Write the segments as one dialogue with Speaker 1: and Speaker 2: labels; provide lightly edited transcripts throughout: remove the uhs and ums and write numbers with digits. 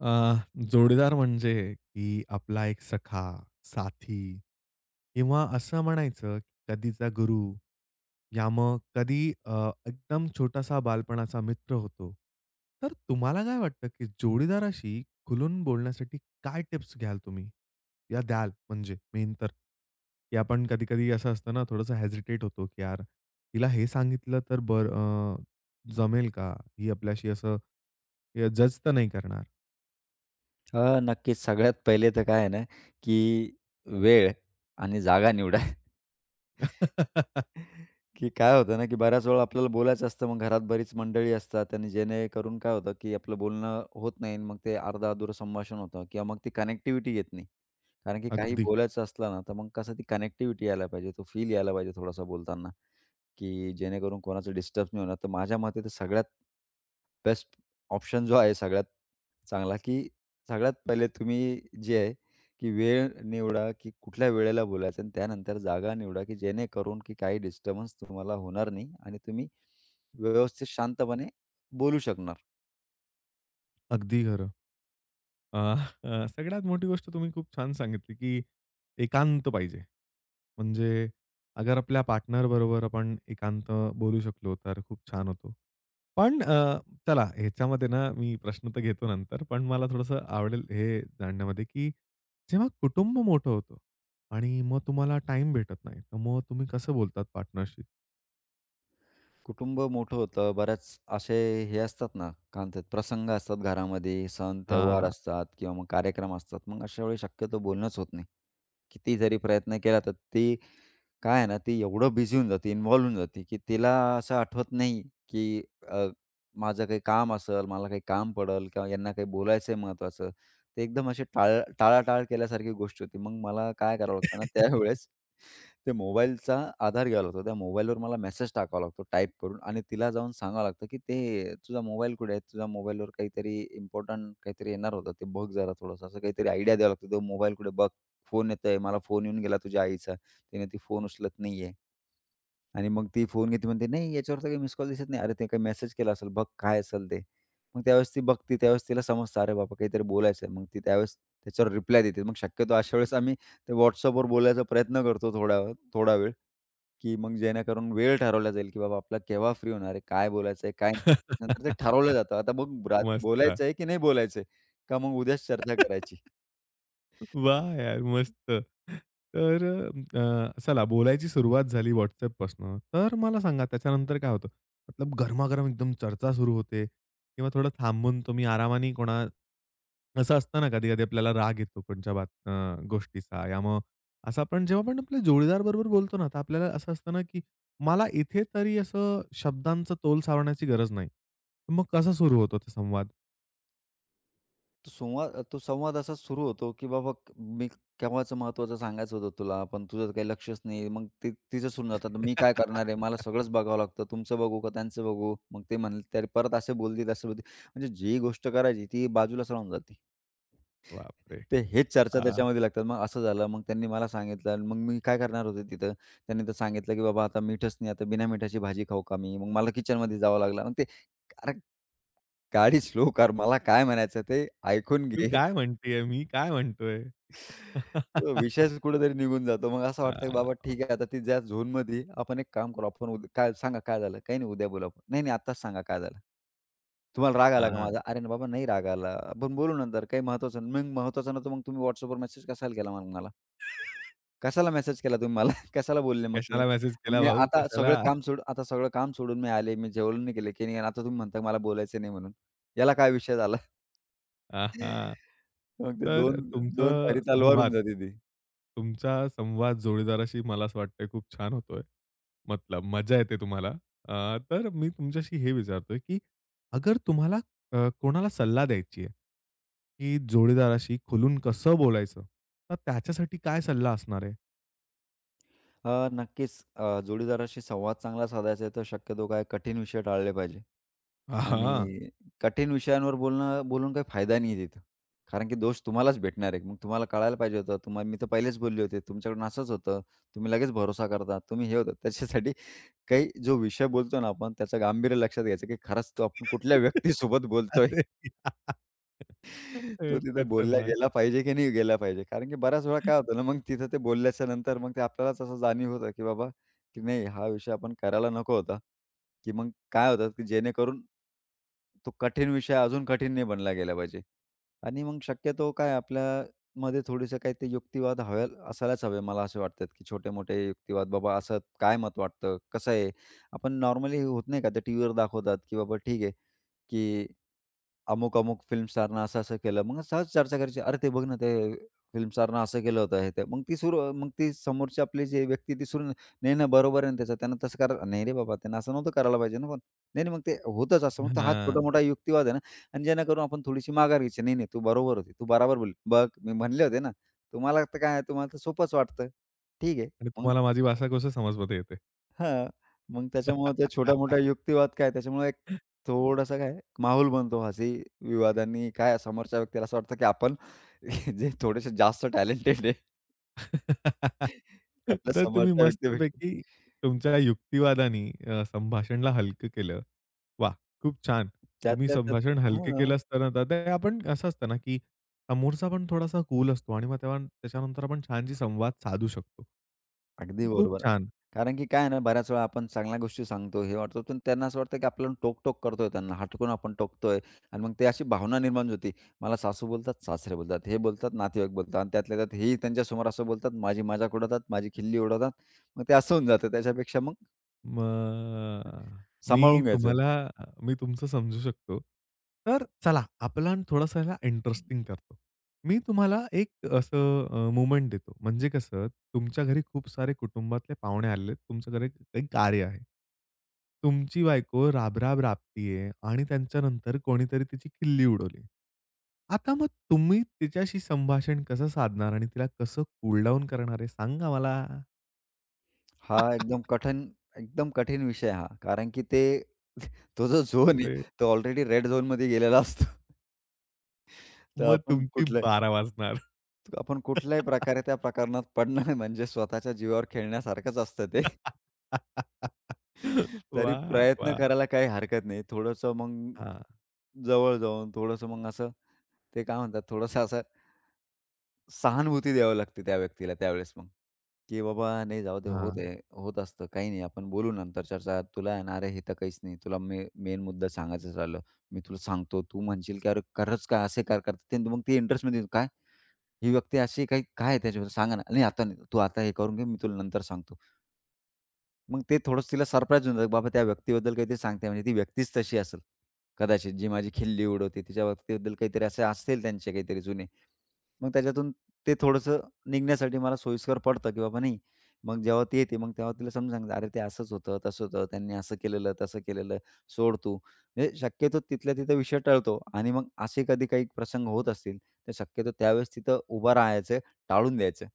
Speaker 1: अ, जोडीदार म्हणजे की आपला एक सखा, साथी किंवा असं म्हणायचं कधीचा गुरु, या मग कधी एकदम छोटासा बालपणाचा मित्र होतो. तर तुम्हाला काय वाटतं की जोडीदाराशी खुलून बोलण्यासाठी काय टिप्स घ्याल तुम्ही? या द्याल म्हणजे मेन तर? की आपण कधी-कधी असं असतं ना थोडंसं हेजिटेट होतो की यार हिला हे सांगितलं तर बरं जमेल का? ही आपल्याशी असं जज तर नाही करणार.
Speaker 2: नक्कीच. सगळ्यात पहिले तर काय आहे ना, की वेळ आणि जागा निवडा. की काय होतं ना, की बऱ्याच वेळा आपल्याला बोलायचं असतं. मग घरात बरीच मंडळी असतात आणि जेणेकरून काय होतं, की आपलं बोलणं होत नाही. आणि मग ते अर्धं-अधुरं संभाषण होतं किंवा मग ती कनेक्टिव्हिटी येत नाही. कारण की काही
Speaker 1: अगदी,
Speaker 2: बोलायचं असलं ना, तर मग कसं ती कनेक्टिव्हिटी यायला पाहिजे, तो फील यायला पाहिजे थोडासा बोलताना. की जेणेकरून कोणाचं डिस्टर्ब नाही होणार. तर माझ्या मते तर सगळ्यात बेस्ट ऑप्शन जो आहे सगळ्यात चांगला, की सगळ्यात पहिले तुम्ही जे आहे, की वेळ निवडा, की कुठल्या वेळेला बोलायचं आणि त्यानंतर जागा निवडा, की जेणेकरून की काही डिस्टर्बन्स तुम्हाला होणार नाही आणि तुम्ही व्यवस्थित शांतपणे बोलू शकणार.
Speaker 1: अगदी खरं. अ, अ, सगळ्यात मोठी गोष्ट तुम्ही खूप छान सांगितली, की एकांत पाहिजे. म्हणजे अगर आपल्या पार्टनर बरोबर आपण एकांत बोलू शकलो, तर खूप छान होतो. पण चला ह्याच्यामध्ये ना मी प्रश्न तर घेतो नंतर, पण मला थोडंसं आवडेल हे जाणण्यामध्ये, की जेव्हा कुटुंब मोठं होतं आणि मग तुम्हाला टाईम भेटत नाही, तर मग तुम्ही कसं बोलतात पार्टनरशी?
Speaker 2: कुटुंब मोठं होतं. बऱ्याच असे हे असतात ना, काय म्हणतात प्रसंग असतात घरामध्ये, सण त्योहार
Speaker 1: हां.
Speaker 2: असतात किंवा मग कार्यक्रम असतात. मग अशा वेळी शक्यतो बोलणंच होत नाही. किती जरी प्रयत्न केला तर ती काय आहे ना, ती एवढं बिझी होऊन जाते, इन्व्हॉल्व होऊन जाते, की तिला असं आठवत नाही, की अ, माझं काही काम असेल, मला काही काम पडेल किंवा यांना काही बोलायचं आहे महत्त्वाचं. ते एकदम अशी टाळ टाळाटाळ केल्यासारखी गोष्ट होती. मग मला काय करावं लागतं ना त्यावेळेस ते मोबाईलचा आधार घ्यावा लागतो. त्या मोबाईलवर मला मेसेज टाकावा लागतो टाइप करून आणि तिला जाऊन सांगावं लागतं, की "ते तुझा मोबाईल कुठे आहे? तुझ्या मोबाईलवर काहीतरी इम्पोर्टंट काहीतरी येणार होतं. ते बघ जरा थोडंसं." असं काहीतरी आयडिया द्यावा लागतो. "तो मोबाईल कुठे? बघ, फोन येतोय. मला फोन येऊन गेला तुझ्या आईचा. तिने ती फोन उचलत नाहीये." आणि मग ती फोन घेते म्हणते, "नाही, याच्यावर तर काही मिस कॉल दिसत नाही." "अरे, ते काही मेसेज केला असेल. बघ काय असेल ते." मग त्यावेळेस ती बघते. त्यावेळेस तिला समजतं, "अरे बाबा, काहीतरी बोलायचं आहे." मग ती त्यावेळेस त्याच्यावर रिप्लाय देते. मग शक्यतो अशा वेळेस आम्ही ते WhatsAppवर बोलायचा प्रयत्न करतो थोडा थोडा वेळ. की मग जेणेकरून वेळ ठरवला जाईल, की बाबा आपला केव्हा फ्री होणार आहे, काय बोलायचं आहे, काय नंतर ते ठरवलं जातं. आता मग ब्रा
Speaker 1: मस्त.
Speaker 2: बोलायचं आहे की नाही बोलायचं आहे, का मग उद्याच चर्चा करायची.
Speaker 1: वाह! यार मस्त. तर चला बोलायची सुरुवात झाली WhatsAppपासनं. तर मला सांगा त्याच्यानंतर काय होतं? मतलब गरमागरम एकदम चर्चा सुरू होते किंवा थोडं थांबून तुम्ही आरामाने कोणा असं असतं ना कधी-कधी आपल्याला राग येतो कोणच्या बात गोष्टीचा. या मग असं आपण जेव्हा आपण आपल्या जोडीदार बरोबर बोलतो ना, तर आपल्याला असं असतं ना, की मला इथे तरी असं शब्दांचा तोल सावरण्याची गरज नाही. मग कसा सुरू होतो ते संवाद?
Speaker 2: तो संवाद असा सुरू होतो, की बाबा मी केव्हाचं महत्त्वाचं सांगायचं होतं तुला, पण तुझं काही लक्षच नाही. मग ते तिचं सुरू जातं, आता मी काय करणार आहे? मला सगळंच बघावं लागतं. तुमचं बघू का त्यांचं बघू? मग ते म्हणले, "तरी परत असे बोलतील, असे बोलतील." म्हणजे जी गोष्ट करायची ती बाजूला सरकून जाते.
Speaker 1: बापरे!
Speaker 2: ते हेच चर्चा
Speaker 1: हां.
Speaker 2: त्याच्यामध्ये लागतात. मग असं झालं, मग त्यांनी मला सांगितलं आणि मग मी काय करणार होतो तिथं. त्यांनी तर सांगितलं, की "बाबा आता मीठच नाही, आता बिना मिठाची भाजी खाऊ का मी?" मग मला किचनमध्ये जावं लागलं. मग ते अरे गाडी स्लो कर, मला काय म्हणायचं ते ऐकून
Speaker 1: तू
Speaker 2: घे.
Speaker 1: काय म्हणतीये? मी काय म्हणतोय?
Speaker 2: तो विषयच कुठेतरी निघून जातो. मग असं वाटतं, की बाबा
Speaker 1: हां,
Speaker 2: ठीक आहे, आता ती ज्या झोनमध्ये आपण एक काम करू. आपण उद्या काय सांगा काय झालं? काही नाही उद्या बोलू आपण. नाही, नाही आत्ताच सांगा काय झालं? तुम्हाला राग आला का माझा?
Speaker 1: हां.
Speaker 2: अरे ना बाबा नाही राग आला. आपण बोलू नंतर काही महत्वाचं नाही. मग महत्वाचं नव्हतं मग तुम्ही WhatsAppवर मेसेज कशाला केला मग मला? कशाला मेसेज केला तुम्ही मला? कशाला बोलले मग तुम्ही?
Speaker 1: कशाला मेसेज
Speaker 2: मग
Speaker 1: केला
Speaker 2: मी
Speaker 1: भाऊ?
Speaker 2: आता सगळं
Speaker 1: कशाला?
Speaker 2: काम सोडून आता सगळं काम सोडून मी आले. मी जेवण नाही केलं, की नाही आणि आता तुम्ही म्हणता मला बोलायचं नाही म्हणून. याला काय विषय झाला?
Speaker 1: हां,
Speaker 2: मग ते
Speaker 1: तर
Speaker 2: दोन दोन धारी तलवार होऊन
Speaker 1: संवाद
Speaker 2: जाते ती.
Speaker 1: तुमचा संवाद जोडीदाराशी मला असं वाटतंय खूप छान होतोय. मतलब मजा येते तुम्हाला. तर मी तुमच्याशी हे विचारतोय, की अगर तुम्हाला कोणाला सल्ला द्यायची आहे, की जोडीदाराशी खुलून कसं बोलायचं? तर त्याच्यासाठी काय सल्ला असणार आहे?
Speaker 2: नक्कीच जोडीदाराशी संवाद चांगला साधायचा आहे, तर शक्यतो काय कठीण विषय टाळले पाहिजे.
Speaker 1: आहा!
Speaker 2: आणि कठीण विषयांवर बोलणं बोलून काही फायदा नाही आहे तिथं. कारण की दोष तुम्हालाच भेटणार आहे. मग तुम्हाला कळायला पाहिजे होतं. तुम्हाला मी तर पहिलेच बोलले होते. तुमच्याकडून असंच होतं. तुम्ही लगेच भरोसा करता. तुम्ही हे होतं. त्याच्यासाठी काही जो विषय बोलतो ना आपण त्याचं गांभीर्य लक्षात घ्यायचं, की खरंच तो आपण कुठल्या व्यक्तीसोबत बोलतोय.
Speaker 1: अरे यार!
Speaker 2: तो
Speaker 1: तर
Speaker 2: तिथं बोलला
Speaker 1: खतरनाक.
Speaker 2: गेला पाहिजे की नाही गेला पाहिजे. कारण की बऱ्याच वेळा काय होतं ना, मग तिथं ते बोलल्याच्या नंतर मग ते आपल्यालाच असं जाणीव होतं, की बाबा की नाही हा विषय आपण करायला नको होता, की मग काय होतं, की जेणेकरून तो कठीण विषय अजून कठीण नाही बनला गेला पाहिजे. आणि मग शक्यतो काय आपल्यामध्ये थोडीसं काही ते युक्तिवाद हवे असायलाच हवे मला असे वाटतात, की छोटे-मोठे युक्तिवाद बाबा असं काय मत वाटतं? कसं आहे? आपण नॉर्मली होत नाही का ते टीव्हीवर दाखवतात, की बाबा ठीक आहे, की अमुक-अमुक फिल्म स्टारनं असं-असं केलं. मग सहज चर्चा करायची. "अरे, ते बघ ना, ते फिल्म स्टारनं असं केलं होतं." हे ते. मग ती सुरू मग ती समोरची आपली जी व्यक्ती ती सुरू "नाही ना, बरोबर आहे ना त्याचं. त्यानं तसं करा" "नाही रे बाबा, त्यानं असं नव्हतं करायला पाहिजे ना पण." "नाही, नाही, मग ते होतंच असं." मग तो हा
Speaker 1: हां.
Speaker 2: छोटा-मोठा युक्तिवाद आहे ना आणि जेणेकरून आपण थोडीशी माघार घ्यायची. "नाही, नाही, तू बरोबर होती. तू बराबर बोलली. बघ, मी म्हणले होते ना. तुम्हाला तर काय, तुम्हाला तर सोपंच वाटतं. ठीक आहे."
Speaker 1: आणि
Speaker 2: मग
Speaker 1: तुम्हाला माझी भाषा कसं समजमध्ये येते.
Speaker 2: हां. मग त्याच्यामुळे त्या छोट्या-मोठ्या युक्तिवाद काय त्याच्यामुळे एक थोडासा काय माहोल बनतो हसी विवाद आणि काय समोरच्या व्यक्तीला असं वाटतं, की आपण जे थोडेसे जास्त टॅलेंटेड आहे आपल्या
Speaker 1: तर तुम्ही
Speaker 2: समोरच्या व्यक्तीपेक्षा
Speaker 1: मस्तपैकी तुमच्या युक्तिवादानी संभाषणला हलकं केलं. वाह! खूप छान. तुम्ही
Speaker 2: त्यातल्या त्यात
Speaker 1: संभाषण हलके
Speaker 2: हां.
Speaker 1: केलंच तर आता ते आपण असं असतं ना, की समोरचा पण थोडासा कूल असतो आणि मग तेव्हा त्याच्यानंतर आपण छानशी संवाद साधू शकतो.
Speaker 2: अगदी
Speaker 1: खूप
Speaker 2: बरोबर.
Speaker 1: छान.
Speaker 2: कारण की काय आहे ना, बऱ्याच वेळा आपण चांगल्या गोष्टी सांगतो, हे वाटतो, पण त्यांना असं वाटतं की आपल्याला टोक-टोक करतोय त्यांना, हटकून आपण टोकतोय आणि मग ते अशी भावना निर्माण होती. मला सासू बोलतात, सासरे बोलतात, हे बोलतात, नातेवाईक बोलतात आणि त्यातल्या त्यात हेही त्यांच्यासमोर असं बोलतात, माझी मजाक उडवतात, माझी खिल्ली उडवतात. मग ते असं होऊन जातं. त्याच्यापेक्षा मग
Speaker 1: मग मी
Speaker 2: सांभाळून घ्यायचं.
Speaker 1: तुम्हाला मी तुमचं समजू शकतो. तर चला आपला न थोडासा ह्याला इंटरेस्टिंग करतो. मी तुम्हाला एक असं मोमेंट देतो. म्हणजे कसं तुमच्या घरी खूप सारे कुटुंबातले पाहुणे आलेले आहेत. तुमच्या घरी काही कार्य आहे. तुमची बायको राब राबतीये आणि त्यांच्यानंतर कोणीतरी तिची खिल्ली उडवली. आता मग तुम्ही तिच्याशी संभाषण कसं साधणार आणि तिला कसं कूल डाउन करणार आहे सांगा मला?
Speaker 2: हा एकदम कठीण एकदम कठीण विषय हा. कारण की ते तो जो झोन आहे, तो ऑलरेडी रेड झोनमध्ये गेलेला असतो. तर
Speaker 1: मग तुमची 12 वाजणार.
Speaker 2: आपण कुठल्याही प्रकारे त्या प्रकरणात पडणार नाही म्हणजे स्वतःच्या जीवावर खेळण्यासारखंच असतं ते. तरी
Speaker 1: वाह!
Speaker 2: प्रयत्न
Speaker 1: वाह!
Speaker 2: करायला काही हरकत नाही. थोडंसं मग
Speaker 1: हां,
Speaker 2: जवळ जाऊन थोडंसं मग असं ते काय म्हणतात थोडंसं असं सहानुभूती द्यावी लागते त्या व्यक्तीला त्यावेळेस मग, की "बाबा नाही जाऊ दे, होत
Speaker 1: हां.
Speaker 2: आहे, होत असतं. काही नाही आपण बोलू नंतर चर्चा. तुला आहे ना अरे हे तर काहीच नाही. तुला मेन मुद्दा सांगायचं झालं. मी तुला सांगतो. तू म्हणशील की अरे खरंच का असे का करतात?" ते मग ते इंटरेस्टमध्ये "काय? ही व्यक्ती अशी काही काय आहे त्याच्याबद्दल सांगा ना. नाही आता नाही, तू आता हे करून घे, मी तुला नंतर सांगतो. मग ते थोडंसं तिला सरप्राईज होऊन जातं, बाबा त्या व्यक्तीबद्दल काहीतरी सांगते म्हणजे ती व्यक्तीच तशी असेल कदाचित, जी माझी खिल्ली उडवते. तिच्या व्यक्तीबद्दल काहीतरी असे असतील त्यांचे काहीतरी जुने. मग त्याच्यातून ते थोडंसं निघण्यासाठी मला सोयीस्कर पडतं, की बाबा नाही. मग जेव्हा ती येते, मग तेव्हा तिला समजून सांगतो, "अरे ते असंच होतं, तसं होतं, त्यांनी असं केलेलं, तसं केलेलं, सोड तू." म्हणजे शक्यतो तिथल्या तिथं विषय टळतो आणि मग असे कधी काही प्रसंग होत असतील, तर शक्यतो त्यावेळेस तिथं उभं राहायचं, टाळून द्यायचं,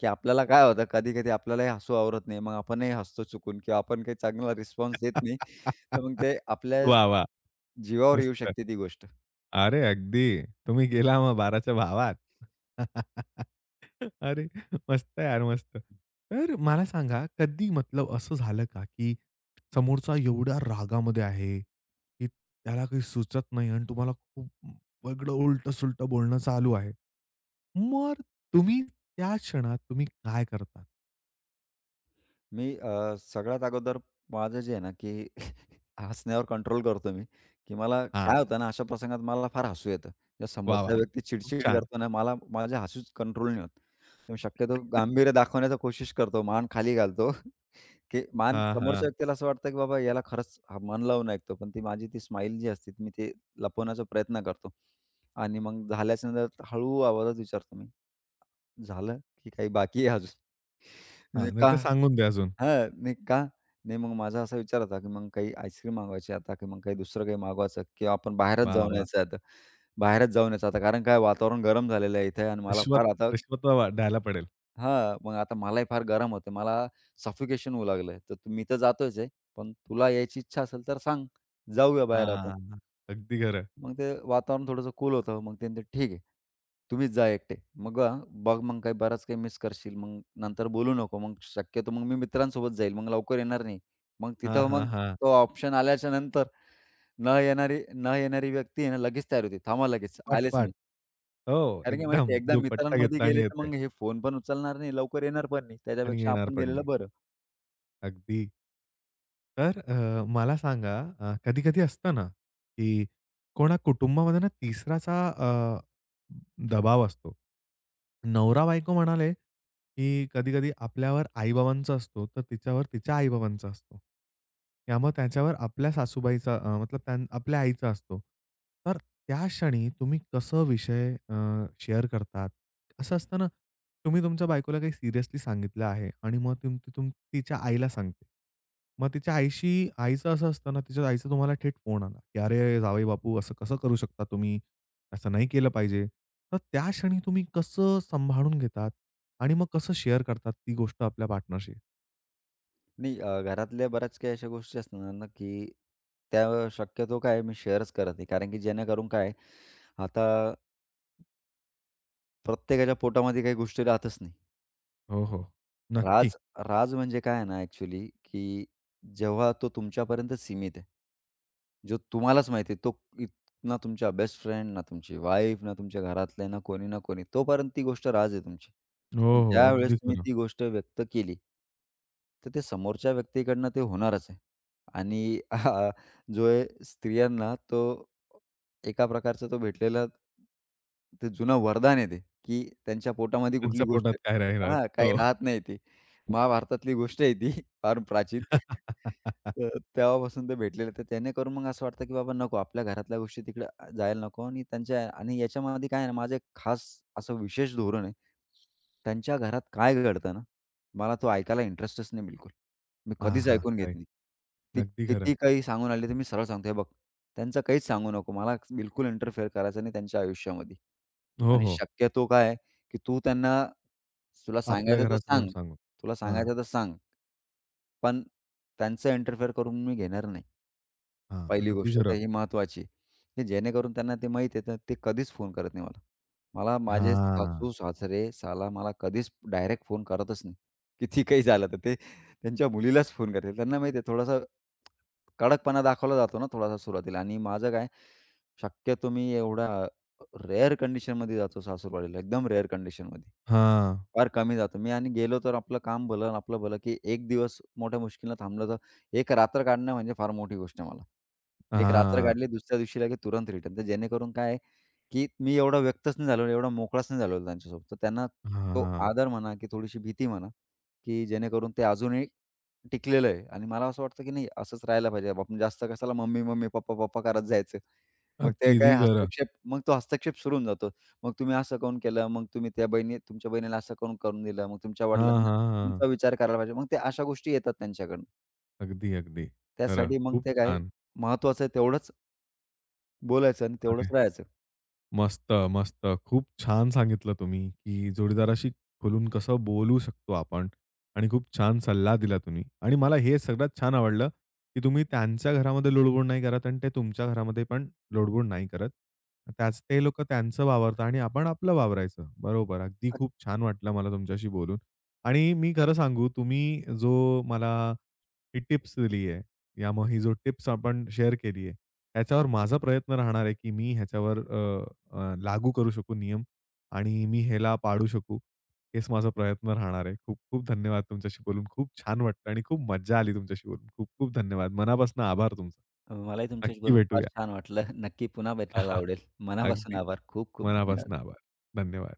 Speaker 2: की आपल्याला काय होतं कधी-कधी आपल्यालाही हसू आवरत नाही. मग आपणही हसतो चुकून किंवा आपण काही चांगला रिस्पॉन्स देत नाही.
Speaker 1: वाह!
Speaker 2: तर मग
Speaker 1: वाह!
Speaker 2: ते आपल्या जीवावर येऊ
Speaker 1: मस्त.
Speaker 2: शकते ती गोष्ट.
Speaker 1: अरे अगदी. तुम्ही गेला मग 12च्या भावात. अरे मस्त यार मस्त. तर मला सांगा कधी मतलब असं झालं का, की समोरचा एवढ्या रागामध्ये आहे, की त्याला काही सुचत नाही आणि तुम्हाला खूप वेगळं उलटं-सुलटं बोलणं चालू आहे. मग तुम्ही त्या क्षणात तुम्ही काय करता?
Speaker 2: मी सगळ्यात अगोदर माझं जे आहे ना, की हसण्यावर कंट्रोल करतो मी, की मला
Speaker 1: हां.
Speaker 2: काय होतं ना, अशा प्रसंगात मला फार हसू येतं. जर
Speaker 1: वाह!
Speaker 2: समोरचा
Speaker 1: वाह!
Speaker 2: व्यक्ती
Speaker 1: खूप
Speaker 2: चिडचिड
Speaker 1: छान.
Speaker 2: करतो ना, मला माझ्या हसूच कंट्रोल नाही होत. तर मी शक्यतो गांभीर्य दाखवण्याचा कोशिश करतो, मान खाली घालतो की मान
Speaker 1: हां,
Speaker 2: समोरच्या
Speaker 1: हां.
Speaker 2: व्यक्तीला असं वाटतं की बाबा याला खरंच हा मन लावून ऐकतो, पण ती माझी ती स्माईल जी असते, ती मी ते लपवण्याचा प्रयत्न करतो आणि मग झाल्याच्या नंतर हळू आवाजात विचारतो मी, "झालं की काही बाकी आहे अजून?" "नाही
Speaker 1: हां.
Speaker 2: का?"
Speaker 1: नाहीतर सांगून द्या अजून.
Speaker 2: हां, "नाही का?" नाही मग माझा असा विचार होता की मग काही आईस्क्रीम मागवायची आता की मग काही दुसरं काही मागवायचं किंवा आपण बाहेरच
Speaker 1: वाह!
Speaker 2: जाऊन
Speaker 1: वाह!
Speaker 2: यायचं आता. बाहेरच जाऊन यायचं आता कारण काय वातावरण गरम झालेलं आहे इथे आणि मला
Speaker 1: रिश्वत
Speaker 2: फार आता
Speaker 1: रिश्वत वा- द्यायला पडेल.
Speaker 2: हां, मग आता मलाही फार गरम होते. मला सफोकेशन होऊ लागलं. तर मी तर जातोच आहे, पण तुला यायची इच्छा असेल तर सांग, जाऊया बाहेर आपण.
Speaker 1: हां. अगदी खरं.
Speaker 2: मग ते वातावरण थोडंसं कूल होतं. मग ते म्हणले, "ठीक आहे, तुम्हीच जा एकटे. मग बघ मग काही बराच काही मिस करशील. मग नंतर बोलू नको. मग शक्यतो मग मी मित्रांसोबत जाईल. मग लवकर येणार नाही." मग
Speaker 1: हां,
Speaker 2: तिथं मग
Speaker 1: हां, हां.
Speaker 2: तो ऑप्शन आल्याच्या नंतर न येणारी व्यक्ती आहे ना, लगेच तयार होते, "थांबा लगेच, आलेच
Speaker 1: पट-पट.
Speaker 2: मी."
Speaker 1: हो,
Speaker 2: कारण की माहिती
Speaker 1: एकदम
Speaker 2: आहे, एकदा
Speaker 1: दुपट्टा
Speaker 2: मित्रांमध्ये
Speaker 1: घेतला आणि
Speaker 2: गेले तर
Speaker 1: येते
Speaker 2: मग हे फोन पण उचलणार नाही, लवकर येणार पण नाही.
Speaker 1: आणि
Speaker 2: त्याच्यापेक्षा
Speaker 1: येणार
Speaker 2: आपण
Speaker 1: पण
Speaker 2: गेलेलं
Speaker 1: नाही.
Speaker 2: बरं.
Speaker 1: अगदी. तर मला सांगा कधी-कधी असतं ना, की कोणा कुटुंबामध्ये ना तिसराचा दबाव असतो. नवरा-बायको म्हणाले की कधी-कधी आपल्यावर आई-बाबांचा असतो, तर तिच्यावर तिच्या आई-बाबांचा असतो. त्यामुळे त्याच्यावर आपल्या सासूबाईचा मतलब त्यां आपल्या आईचा असतो. तर त्या क्षणी तुम्ही कसं विषय शेअर करतात? असं असतं ना, तुम्ही तुमच्या बायकोला काही सिरियसली सांगितलं आहे आणि मग तुम ती तुम तिच्या आईला सांगते. मग तिच्या आईशी आईचं असं असतं ना, तिच्या आईचा तुम्हाला थेट फोन आला, की "अरे, जावई बापू असं कसं करू शकता तुम्ही? असं नाही केलं पाहिजे. तर त्या क्षणी तुम्ही कसं सांभाळून घेतात आणि मग कसं शेअर करतात ती गोष्ट आपल्या पार्टनरशी?
Speaker 2: नाही घरातल्या बऱ्याच काही अशा गोष्टी असणार ना, की त्या शक्यतो काय मी शेअरच करत नाही. कारण की जेणेकरून काय, आता प्रत्येकाच्या पोटामध्ये काही गोष्टी राहतच नाही.
Speaker 1: हो, हो. नक्की.
Speaker 2: राज राज म्हणजे काय आहे ना ॲक्चुअली, की जेव्हा तो तुमच्यापर्यंत सीमित आहे. जो तुम्हालाच माहिती आहे, तो ना तुमच्या बेस्ट फ्रेंड, ना तुमची वाईफ, ना तुमच्या घरातले, ना कोणी ना कोणी. तोपर्यंत ती गोष्ट राज आहे तुमची. पण
Speaker 1: हो, हो.
Speaker 2: ज्यावेळेस
Speaker 1: अगदी
Speaker 2: तुम्ही
Speaker 1: खरं.
Speaker 2: ती गोष्ट व्यक्त केली, तर ते समोरच्या व्यक्तीकडनं ते होणारच आहे. आणि हा जो आहे स्त्रियांना तो एका प्रकारचा तो भेटलेला ते जुनं वरदान आहे ते, की त्यांच्या पोटामध्ये कुठली
Speaker 1: त्यांच्या
Speaker 2: गोष्ट
Speaker 1: पोटात काय राहिलात.
Speaker 2: हां, काही
Speaker 1: हो.
Speaker 2: राहत नाही ती. महाभारतातली गोष्ट आहे ती फार प्राचीन. तर तेव्हापासून ते भेटलेले. तर त्यानेकरून मग असं वाटतं, की बाबा नको आपल्या घरातल्या गोष्टी तिकडे जायला नको आणि त्यांच्या आणि याच्यामध्ये काय आहे ना, माझं एक खास असं विशेष धोरण आहे. त्यांच्या घरात काय घडतं ना, मला तो ऐकायला इंटरेस्टच नाही बिलकुल. मी
Speaker 1: हां,
Speaker 2: कधीच
Speaker 1: हां.
Speaker 2: ऐकून घेत
Speaker 1: राईट.
Speaker 2: नाही. ती
Speaker 1: अगदी खरं.
Speaker 2: किती काही सांगून आली, तर मी सरळ सांगतो, "हे बघ, त्यांचं काहीच सांगू नको. मला बिलकुल इंटरफेअर करायचं नाही त्यांच्या आयुष्यामध्ये."
Speaker 1: हो,
Speaker 2: आणि
Speaker 1: हो.
Speaker 2: शक्यतो काय आहे, की तू त्यांना तुला
Speaker 1: आपल्या
Speaker 2: सांगायचं तर
Speaker 1: घराचं पण
Speaker 2: सांग,
Speaker 1: सांगू.
Speaker 2: तुला
Speaker 1: हां,
Speaker 2: सांगायचं तर सांग. पण त्यांचं इंटरफेअर करून मी घेणार नाही.
Speaker 1: हां.
Speaker 2: पहिली
Speaker 1: अगदी
Speaker 2: गोष्ट तर
Speaker 1: खरं.
Speaker 2: ही महत्त्वाची, की जेणेकरून त्यांना ते माहीत आहे, तर ते कधीच फोन करत नाही मला. मला माझे
Speaker 1: हां.
Speaker 2: सासू-सासरे, साला मला कधीच डायरेक्ट फोन करतच नाही. किती काही झालं तर ते त्यांच्या मुलीलाच फोन करतील. त्यांना माहिती आहे थोडासा कडकपणा दाखवला जातो ना थोडासा सुरुवातीला आणि माझं काय शक्यतो मी एवढा रेअर कंडिशनमध्ये जातो सासूरवाडीला, एकदम रेअर कंडिशनमध्ये.
Speaker 1: हां.
Speaker 2: फार कमी जातो मी आणि गेलो तर आपलं काम भलं आणि आपलं भलं, की 1 दिवस मोठ्या मुश्किलनं थांबलं तर एक रात्र काढणं म्हणजे फार मोठी गोष्ट आहे मला. एक रात्र
Speaker 1: हां.
Speaker 2: काढली, दुसऱ्या दिवशी लगेच तुरंत रिटर्न. तर जेणेकरून काय आहे, की मी एवढा व्यक्तच नाही झालेलो, एवढा मोकळाच नाही झालेलो त्यांच्यासोबत. तर त्यांना तो
Speaker 1: हां.
Speaker 2: आदर म्हणा, की थोडीशी भीती म्हणा, की जेणेकरून ते अजूनही टिकलेलं आहे आणि मला असं वाटतं, की नाही असंच राहायला पाहिजे. आपण जास्त कशाला मम्मी-मम्मी, पप्पा-पप्पा करत जायचं.
Speaker 1: अगदी खरं.
Speaker 2: मग तो हस्तक्षेप सुरू होऊन जातो. मग तुम्ही असं काहून केलं? मग तुम्ही त्या बहिणी तुमच्या बहिणीला असं काहून करून दिलं? मग तुमच्या
Speaker 1: हां,
Speaker 2: वडिलांना
Speaker 1: हां, हां.
Speaker 2: तुमचा विचार करायला पाहिजे. मग ते अशा गोष्टी येतात त्यांच्याकडनं.
Speaker 1: अगदी, अगदी. खरं.
Speaker 2: त्यासाठी मग
Speaker 1: खूप
Speaker 2: ते काय
Speaker 1: छान.
Speaker 2: महत्त्वाचं आहे तेवढंच बोलायचं आणि तेवढंच
Speaker 1: अरे
Speaker 2: राहायचं.
Speaker 1: मस्त, मस्त. खूप छान सांगितलं तुम्ही, की जोडीदाराशी खुलून कसं बोलू शकतो आपण आणि खूप छान सल्ला दिला तुम्ही. आणि मला हे सगळ्यात छान आवडलं, की तुम्ही त्यांच्या घरामध्ये लुडबुड नाही करत आणि ते तुमच्या घरामध्ये पण लुडबुड नाही करत. त्याच ते लोकं त्यांचं वावरतात आणि आपण आपलं वावरायचं. बरोबर. अगदी खूप छान वाटलं मला तुमच्याशी बोलून. आणि मी खरं सांगू, तुम्ही जो मला ही टिप्स दिली आहे, या मग ही जो टिप्स आपण शेअर केली आहे, त्याच्यावर माझा प्रयत्न राहणार आहे, की मी ह्याच्यावर अ अ, लागू करू शकू नियम आणि मी ह्याला पाडू शकू. हेच माझा प्रयत्न राहणार आहे. खूप खूप धन्यवाद तुमच्याशी बोलून. खूप छान वाटलं आणि खूप मज्जा आली तुमच्याशी बोलून. खूप खूप धन्यवाद. मनापासून आभार तुमचा.
Speaker 2: मलाही तुमच्याशी
Speaker 1: नक्की
Speaker 2: बोलून फार
Speaker 1: भेटूया.
Speaker 2: छान वाटलं. नक्की पुन्हा भेटायला आवडेल. मनापासून
Speaker 1: अगदी.
Speaker 2: आभार. खूप खूप धन्यवाद.
Speaker 1: मनापासून आभार. धन्यवाद.